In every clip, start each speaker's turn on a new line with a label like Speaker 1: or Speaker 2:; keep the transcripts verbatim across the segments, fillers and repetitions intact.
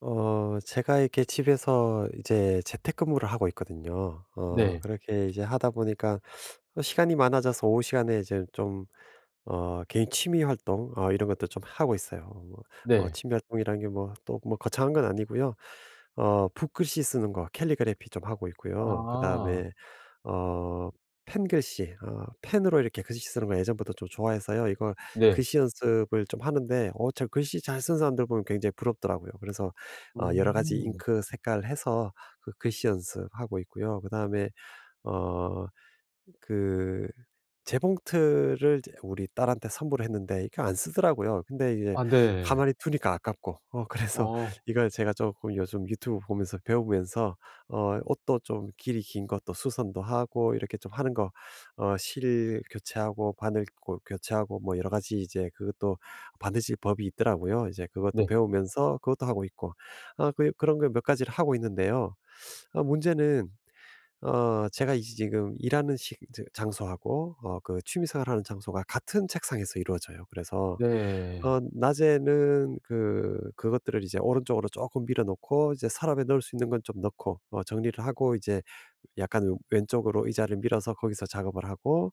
Speaker 1: 어 제가 이렇게 집에서 이제 재택근무를 하고 있거든요. 어
Speaker 2: 네.
Speaker 1: 그렇게 이제 하다 보니까 어 시간이 많아져서 오후 시간에 이제 좀 어 개인 취미 활동, 어 이런 것도 좀 하고 있어요. 뭐 뭐
Speaker 2: 네.
Speaker 1: 취미 활동이라는 게 뭐 또 뭐 거창한 건 아니고요. 어 붓글씨 쓰는 거, 캘리그래피 좀 하고 있고요.
Speaker 2: 아.
Speaker 1: 그다음에 어 펜글씨, 어 펜으로 이렇게 글씨 쓰는 거 예전부터 좀 좋아해서요. 이거
Speaker 2: 네.
Speaker 1: 글씨 연습을 좀 하는데, 어 저 글씨 잘 쓰는 사람들 보면 굉장히 부럽더라고요. 그래서 어 여러 가지
Speaker 2: 음.
Speaker 1: 잉크 색깔 해서 그 글씨 연습하고 있고요. 그다음에 어 그 재봉틀을 이제 우리 딸한테 선물했는데, 이거 안 쓰더라고요. 근데 이제
Speaker 2: 아 네.
Speaker 1: 가만히 두니까 아깝고, 어 그래서
Speaker 2: 어.
Speaker 1: 이걸 제가 조금 요즘 유튜브 보면서 배우면서 어 옷도 좀 길이 긴 것도 수선도 하고 이렇게 좀 하는 거어실 교체하고, 바늘 고 교체하고, 뭐 여러 가지 이제 그것도 바느질 법이 있더라고요. 이제 그것도
Speaker 2: 네.
Speaker 1: 배우면서 그것도 하고 있고, 아 그 그런 거 몇 가지를 하고 있는데요. 아 문제는, 어 제가 이 지금 일하는 시 저 장소하고 어 그 취미 생활하는 장소가 같은 책상에서 이루어져요. 그래서
Speaker 2: 네.
Speaker 1: 어 낮에는 그 그것들을 이제 오른쪽으로 조금 밀어 놓고, 이제 서랍에 넣을 수 있는 건 좀 넣고 어 정리를 하고, 이제 약간 왼 왼쪽으로 의자를 밀어서 거기서 작업을 하고,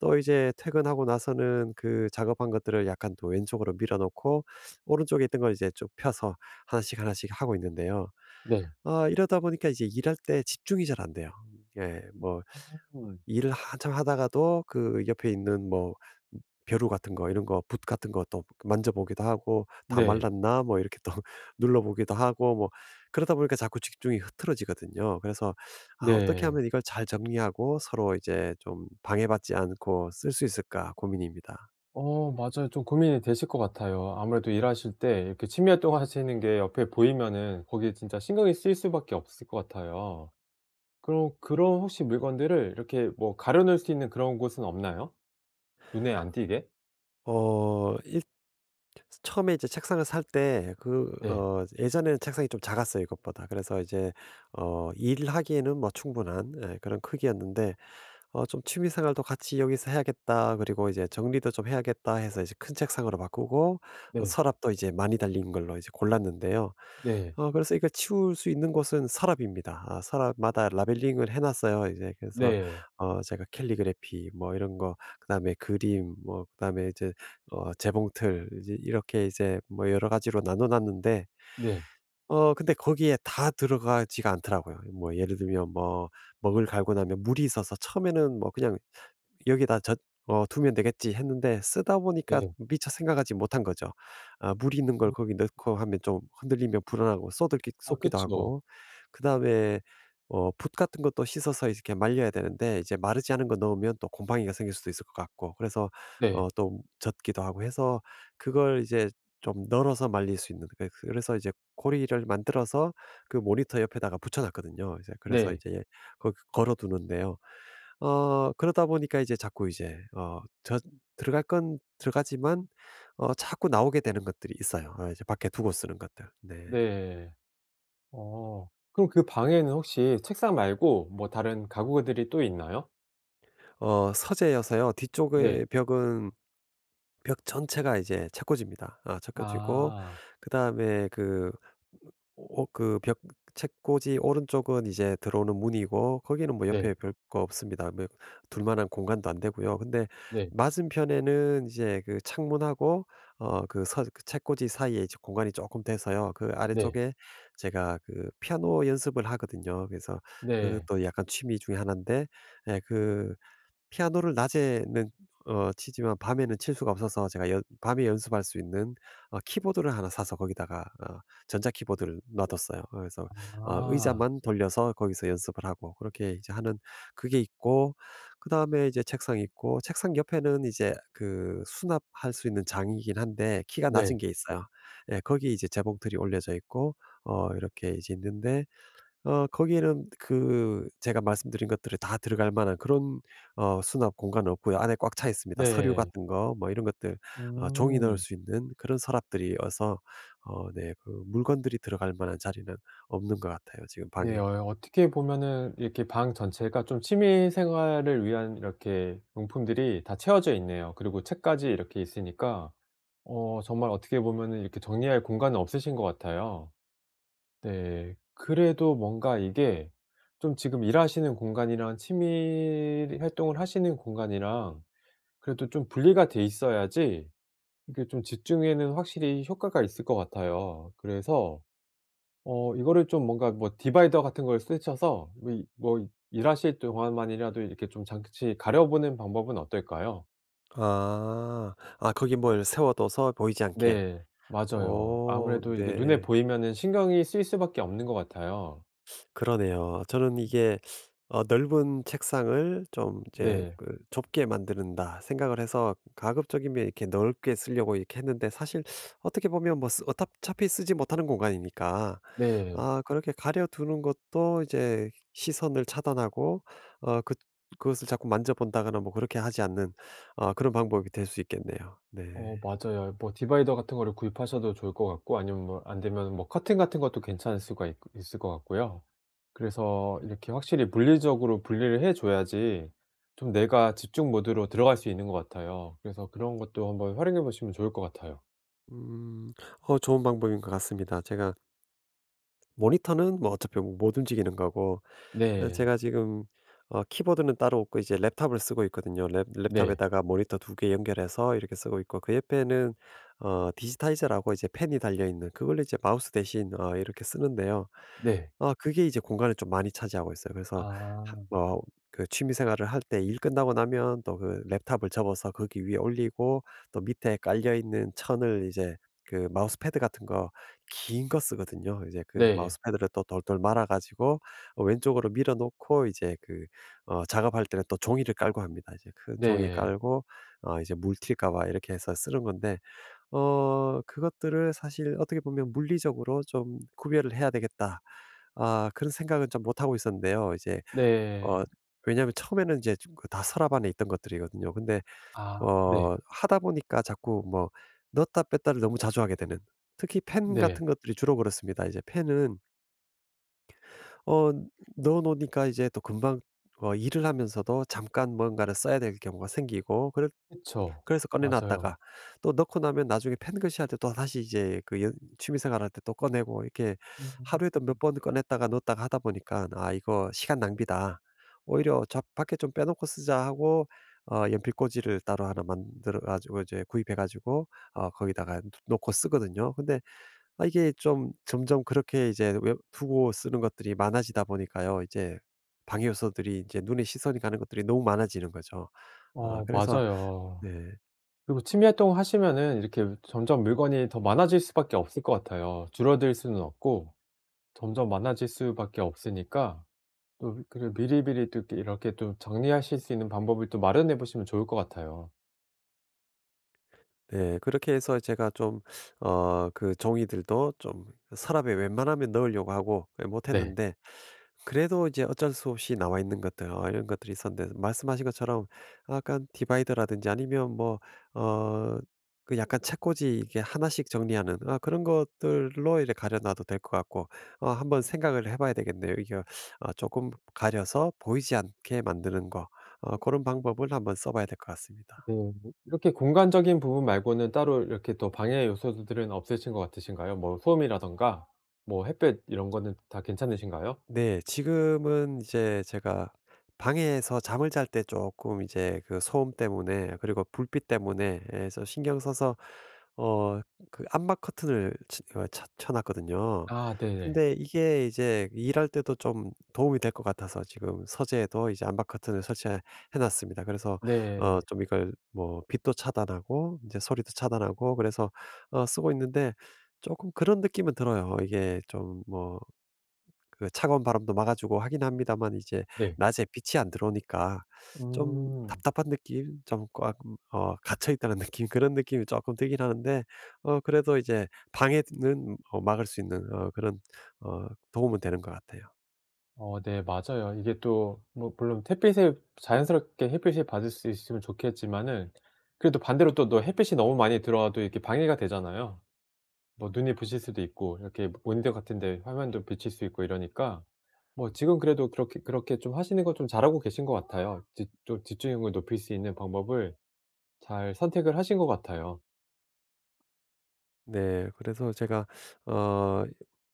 Speaker 1: 또 이제 퇴근하고 나서는 그 작업한 것들을 약간 또 왼쪽으로 밀어 놓고, 오른쪽에 있던 걸 이제 쭉 펴서 하나씩, 하나씩 하고 있는데요.
Speaker 2: 네.
Speaker 1: 아 이러다 보니까 이제 일할 때 집중이 잘 안 돼요. 예. 뭐
Speaker 2: 음.
Speaker 1: 일을 한참 하다가도 그 옆에 있는, 뭐 벼루 같은 거, 이런 거 붓 같은 거 또 만져보기도 하고, '다
Speaker 2: 네.
Speaker 1: 말랐나?' 뭐 이렇게 또 눌러보기도 하고, 뭐 그러다 보니까 자꾸 집중이 흐트러지거든요. 그래서 아 어떻게
Speaker 2: 네.
Speaker 1: 하면 이걸 잘 정리하고 서로 이제 좀 방해받지 않고 쓸 수 있을까 고민입니다.
Speaker 2: 어, 맞아요. 좀 고민이 되실 것 같아요. 아무래도 일하실 때 이렇게 취미 활동하시는 게 옆에 보이면은 거기에 진짜 신경이 쓰일 수밖에 없을 것 같아요. 그럼 그런 혹시 물건들을 이렇게 뭐 가려 놓을 수 있는 그런 곳은 없나요? 눈에 안 띄게?
Speaker 1: 어 일 처음에 이제 책상을 살 때 그,
Speaker 2: 네.
Speaker 1: 어 예전에는 책상이 좀 작았어요, 이것보다. 그래서 이제 어 일하기에는 뭐 충분한, 예, 그런 크기였는데, 어 좀 '취미 생활도 같이 여기서 해야겠다.' 그리고 이제 '정리도 좀 해야겠다.' 해서 이제 큰 책상으로 바꾸고, 어
Speaker 2: 네.
Speaker 1: 서랍도 이제 많이 달린 걸로 이제 골랐는데요.
Speaker 2: 네.
Speaker 1: 어 그래서 이걸 치울 수 있는 곳은 서랍입니다. 아 서랍마다 라벨링을 해 놨어요. 이제 그래서
Speaker 2: 네.
Speaker 1: 어 제가 캘리그래피 뭐 이런 거, 그다음에 그림 뭐, 그다음에 이제 어 재봉틀, 이제 이렇게 이제 뭐 여러 가지로 나눠 놨는데,
Speaker 2: 네.
Speaker 1: 어 근데 거기에 다 들어가지가 않더라고요. 뭐 예를 들면 뭐 먹을 갈고 나면 물이 있어서 처음에는 뭐 그냥 여기다 젖 어 두면 되겠지 했는데, 쓰다 보니까
Speaker 2: 네.
Speaker 1: 미처 생각하지 못한 거죠. 아 물 있는 걸
Speaker 2: 음.
Speaker 1: 거기 넣고 하면 좀, 흔들리면 불안하고 쏟을기
Speaker 2: 아
Speaker 1: 쏟기도
Speaker 2: 그쵸.
Speaker 1: 하고, 그다음에 어 붓 같은 것도 씻어서 이렇게 말려야 되는데, 이제 마르지 않은 거 넣으면 또 곰팡이가 생길 수도 있을 것 같고, 그래서 어
Speaker 2: 네.
Speaker 1: 또 젖기도 하고 해서, 그걸 이제 좀 널어서 말릴 수 있는, 그, 그래서 이제 고리를 만들어서 그 모니터 옆에다가 붙여 놨거든요. 이제 그래서
Speaker 2: 네.
Speaker 1: 이제 거기 걸어 두는데요. 어 그러다 보니까 이제 자꾸 이제 어 저 들어갈 건 들어가지만 어 자꾸 나오게 되는 것들이 있어요. 어, 이제 밖에 두고 쓰는 것들. 네.
Speaker 2: 네. 어. 그럼 그 방에는 혹시 책상 말고 뭐 다른 가구들이 또 있나요?
Speaker 1: 어 서재여서요.
Speaker 2: 네.
Speaker 1: 뒤쪽의 벽은 벽 전체가 이제 채꿔집니다. 아 채껴지고,
Speaker 2: 아.
Speaker 1: 그다음에 그 오 그 벽 채꽂이 오른쪽은 이제 들어오는 문이고, 거기는 뭐
Speaker 2: 네.
Speaker 1: 옆에 별거 없습니다. 뭐 둘 만한 공간도 안 되고요. 근데
Speaker 2: 네.
Speaker 1: 맞은편에는 이제 그 창문하고 어 그 서 그 채꽂이 사이에 이제 공간이 조금 돼서요. 그
Speaker 2: 네.
Speaker 1: 아래쪽에 제가 그 피아노 연습을 하거든요. 그래서
Speaker 2: 네.
Speaker 1: 그것도 약간 취미 중에 하나인데, 예그 피아노를 낮에는 어 치지만 밤에는 칠 수가 없어서 제가 연 밤에 연습할 수 있는 어 키보드를 하나 사서 거기다가 어 전자 키보드를 놔 뒀어요. 어 그래서 어
Speaker 2: 아.
Speaker 1: 의자만 돌려서 거기서 연습을 하고 그렇게 이제 하는, 그게 있고, 그다음에 이제 책상 있고, 책상 옆에는 이제 그 수납할 수 있는 장이긴 한데 키가 낮은
Speaker 2: 네.
Speaker 1: 게 있어요. 예, 거기 이제 재봉틀이 올려져 있고 어 이렇게 이제 있는데, 어 거기에는 그 제가 말씀드린 것들이 다 들어갈 만한 그런 어 수납 공간은 없고요. 안에 꽉 차 있습니다. 서류
Speaker 2: 네.
Speaker 1: 같은 거 뭐 이런 것들, 어 종이 넣을
Speaker 2: 음.
Speaker 1: 수 있는 그런 서랍들이어서 어네 그 물건들이 들어갈 만한 자리는 없는 것 같아요, 지금
Speaker 2: 네.
Speaker 1: 방에.
Speaker 2: 어 어떻게 보면은 이렇게 방 전체가 좀 취미 생활을 위한 이렇게 용품들이 다 채워져 있네요. 그리고 책까지 이렇게 있으니까 어 정말 어떻게 보면은 이렇게 정리할 공간은 없으신 것 같아요. 네. 그래도 뭔가 이게 좀 지금 일하시는 공간이랑 취미 활동을 하시는 공간이랑 그래도 좀 분리가 돼 있어야지 이게 좀 집중에는 확실히 효과가 있을 것 같아요. 그래서 어 이거를 좀 뭔가 뭐 디바이더 같은 걸 쓰셔서 뭐 이 뭐 일하실 동안만이라도 이렇게 좀 잠시 가려 보는 방법은 어떨까요?
Speaker 1: 아. 아 거기 뭘 세워 둬서 보이지 않게.
Speaker 2: 네. 맞아요.
Speaker 1: 오,
Speaker 2: 아무래도 이게 눈에
Speaker 1: 네.
Speaker 2: 보이면은 신경이 쓰일 수밖에 없는 것 같아요.
Speaker 1: 그러네요. 저는 이게 어 '넓은 책상을 좀 이제
Speaker 2: 네.
Speaker 1: 그 좁게 만드는다' 생각을 해서 가급적이면 이렇게 넓게 쓰려고 이렇게 했는데, 사실 어떻게 보면 뭐 쓰 어 차피 쓰지 못하는 공간이니까,
Speaker 2: 네.
Speaker 1: 아 그렇게 가려 두는 것도 이제 시선을 차단하고 어 그 그것을 자꾸 만져 본다거나 뭐 그렇게 하지 않는 어 그런 방법이 될 수 있겠네요. 네.
Speaker 2: 어, 맞아요. 뭐 디바이더 같은 거를 구입하셔도 좋을 것 같고 아니면 뭐 안 되면 뭐 커튼 같은 것도 괜찮을 수가 있을것 같고요. 그래서 이렇게 확실히 물리적으로 분리를 해 줘야지 좀 내가 집중 모드로 들어갈 수 있는 것 같아요. 그래서 그런 것도 한번 활용해 보시면 좋을 것 같아요.
Speaker 1: 음. 어 좋은 방법인 것 같습니다. 제가 모니터는 뭐 어차피 뭐 못 움직이는 거고, 어
Speaker 2: 네.
Speaker 1: 제가 지금 어 키보드는 따로 없고 이제 랩탑을 쓰고 있거든요. 랩
Speaker 2: 네.
Speaker 1: 랩탑에다가 모니터 두 개 연결해서 이렇게 쓰고 있고, 그 옆에는 어 디지타이저라고 이제 펜이 달려 있는 그걸로 이제 마우스 대신 어 이렇게 쓰는데요.
Speaker 2: 네.
Speaker 1: 어 그게 이제 공간을 좀 많이 차지하고 있어요. 그래서 하
Speaker 2: 아.
Speaker 1: 뭐 그 취미 생활을 할 때 일 끝나고 나면 또 그 랩탑을 접어서 거기 위에 올리고, 또 밑에 깔려 있는 천을 이제, 그 마우스패드 같은 거 긴 거 쓰거든요. 이제 그
Speaker 2: 네.
Speaker 1: 마우스패드를 또 돌돌 말아 가지고 어 왼쪽으로 밀어 놓고, 이제 그 어 작업할 때는 또 종이를 깔고 합니다. 이제 큰 종이
Speaker 2: 네.
Speaker 1: 깔고 어 이제 물 튈까 봐 이렇게 해서 쓰는 건데, 어 그것들을 사실 어떻게 보면 '물리적으로 좀 구별을 해야 되겠다.' 아 그런 생각은 좀 못 하고 있었는데요. 이제 어
Speaker 2: 네.
Speaker 1: 왜냐하면 처음에는 이제 좀 그 다 서랍 안에 있던 것들이거든요. 근데
Speaker 2: 아 네.
Speaker 1: 어 하다 보니까 자꾸 뭐 넣었다 뺐다를 너무 자주 하게 되는, 특히 펜
Speaker 2: 네.
Speaker 1: 같은 것들이 주로 그렇습니다. 이제 펜은 어 넣어 놓으니까 이제 또 금방 어 일을 하면서도 잠깐 뭔가를 써야 될 경우가 생기고, 그래
Speaker 2: 그쵸.
Speaker 1: 그래서 꺼내
Speaker 2: 맞아요.
Speaker 1: 놨다가 또 넣고 나면 나중에 펜글씨 할 때 또다시 이제 그 연 취미생활 할 때 또 꺼내고 이렇게,
Speaker 2: 음.
Speaker 1: 하루에도 몇 번 꺼냈다가 넣었다가 하다 보니까 '아 이거 시간 낭비다. 오히려 저 밖에 좀 빼놓고 쓰자.' 하고 어 연필꽂이를 따로 하나 만들어 가지고 이제 구입해 가지고 어 거기다가 놓고 쓰거든요. 근데 아 이게 좀 점점 그렇게 이제 외 두고 쓰는 것들이 많아지다 보니까요. 이제 방해 요소들이, 이제 눈에 시선이 가는 것들이 너무 많아지는 거죠. 아
Speaker 2: 어,
Speaker 1: 그래서,
Speaker 2: 맞아요.
Speaker 1: 네.
Speaker 2: 그리고 취미 활동을 하시면은 이렇게 점점 물건이 더 많아질 수밖에 없을 것 같아요. 줄어들 수는 없고 점점 많아질 수밖에 없으니까 또 그래 미리미리 또 이렇게 이렇게 또 정리하실 수 있는 방법을 또 마련해 보시면 좋을 것 같아요.
Speaker 1: 네. 그렇게 해서 제가 좀 어 그 종이들도 좀 서랍에 웬만하면 넣으려고 하고, 예
Speaker 2: 네.
Speaker 1: 못했는데, 그래도 이제 어쩔 수 없이 나와 있는 것들, 어 이런 것들이 있었는데, 말씀하신 것처럼 약간 디바이더라든지, 아니면 뭐 어 그 약간 책꽂이 이게 하나씩 정리하는, 아 그런 것들로 이렇게 가려 놔도 될 것 같고, 어 한번 생각을 해 봐야 되겠네요. 이게 어 조금 가려서 보이지 않게 만드는 거어런 방법을 한번 써 봐야 될 것 같습니다.
Speaker 2: 음. 이렇게 공간적인 부분 말고는 따로 이렇게 또 방해 요소들은 없으신 것 같으신가요? 뭐 소음이라든가 뭐 햇볕 이런 거는 다 괜찮으신가요?
Speaker 1: 네. 지금은 이제 제가 방에서 잠을 잘 때 조금 이제 그 소음 때문에, 그리고 불빛 때문에 예서 신경 써서 어 그 암막 커튼을 치 어 쳐 쳐 놨거든요.
Speaker 2: 아 네네.
Speaker 1: 근데 이게 이제 일할 때도 좀 도움이 될 것 같아서 지금 서재에도 이제 암막 커튼을 설치해 해 놨습니다. 그래서 어
Speaker 2: 네.
Speaker 1: 좀 이걸 뭐 빛도 차단하고 이제 소리도 차단하고, 그래서 어 쓰고 있는데, 조금 그런 느낌은 들어요. 이게 좀뭐 그 차가운 바람도 막아 주고 하긴 합니다만, 이제
Speaker 2: 네.
Speaker 1: 낮에 빛이 안 들어오니까 좀
Speaker 2: 음.
Speaker 1: 답답한 느낌, 좀 꽉 어 갇혀 있다는 느낌, 그런 느낌이 조금 들긴 하는데, 어 그래도 이제 방해는 어 막을 수 있는, 어 그런 어 도움은 되는 것 같아요.
Speaker 2: 어 네, 맞아요. 이게 또 뭐 물론 햇빛을 자연스럽게 햇빛을 받을 수 있으면 좋겠지만은 그래도 반대로 또 너 햇빛이 너무 많이 들어와도 이렇게 방해가 되잖아요. 뭐 눈이 부실 수도 있고 이렇게 모니터 같은 데 화면도 비칠 수 있고 이러니까 뭐 지금 그래도 그렇게 그렇게 좀 하시는 거 좀 잘하고 계신 것 같아요. 집 좀 집중력을 높일 수 있는 방법을 잘 선택을 하신 것 같아요.
Speaker 1: 네. 그래서 제가 어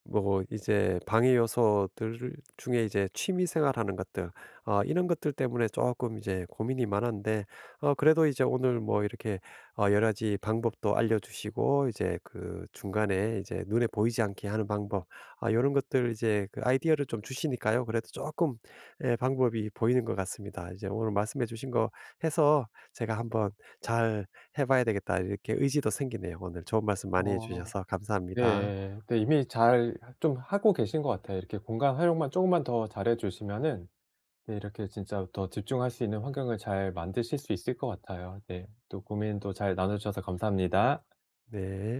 Speaker 1: 뭐 이제 방해 요소들 중에 이제 취미 생활하는 것들, 아 이런 것들 때문에 조금 이제 고민이 많았는데, 어 그래도 이제 오늘 뭐 이렇게 어 여러 가지 방법도 알려주시고, 이제 그 중간에 이제 눈에 보이지 않게 하는 방법, 아런 것들, 이제 그 아이디어를 좀 주시니까요. 그래도 조금, 예, 방법이 보이는 것 같습니다. 이제 오늘 말씀해 주신 거 해서 제가 한번 잘 해봐야 되겠다 이렇게 의지도 생기네요. 오늘 좋은 말씀 많이
Speaker 2: 어.
Speaker 1: 해주셔서 감사합니다.
Speaker 2: 네. 네, 이미 잘 하 좀 하고 계신 것 같아요. 이렇게 공간 활용만 쪼금만 더 잘해 주시면은 네, 이렇게 진짜 더 집중할 수 있는 환경을 잘 만드실 수 있을 것 같아요. 네. 또 고민도 잘 나눠 주셔서 감사합니다.
Speaker 1: 네.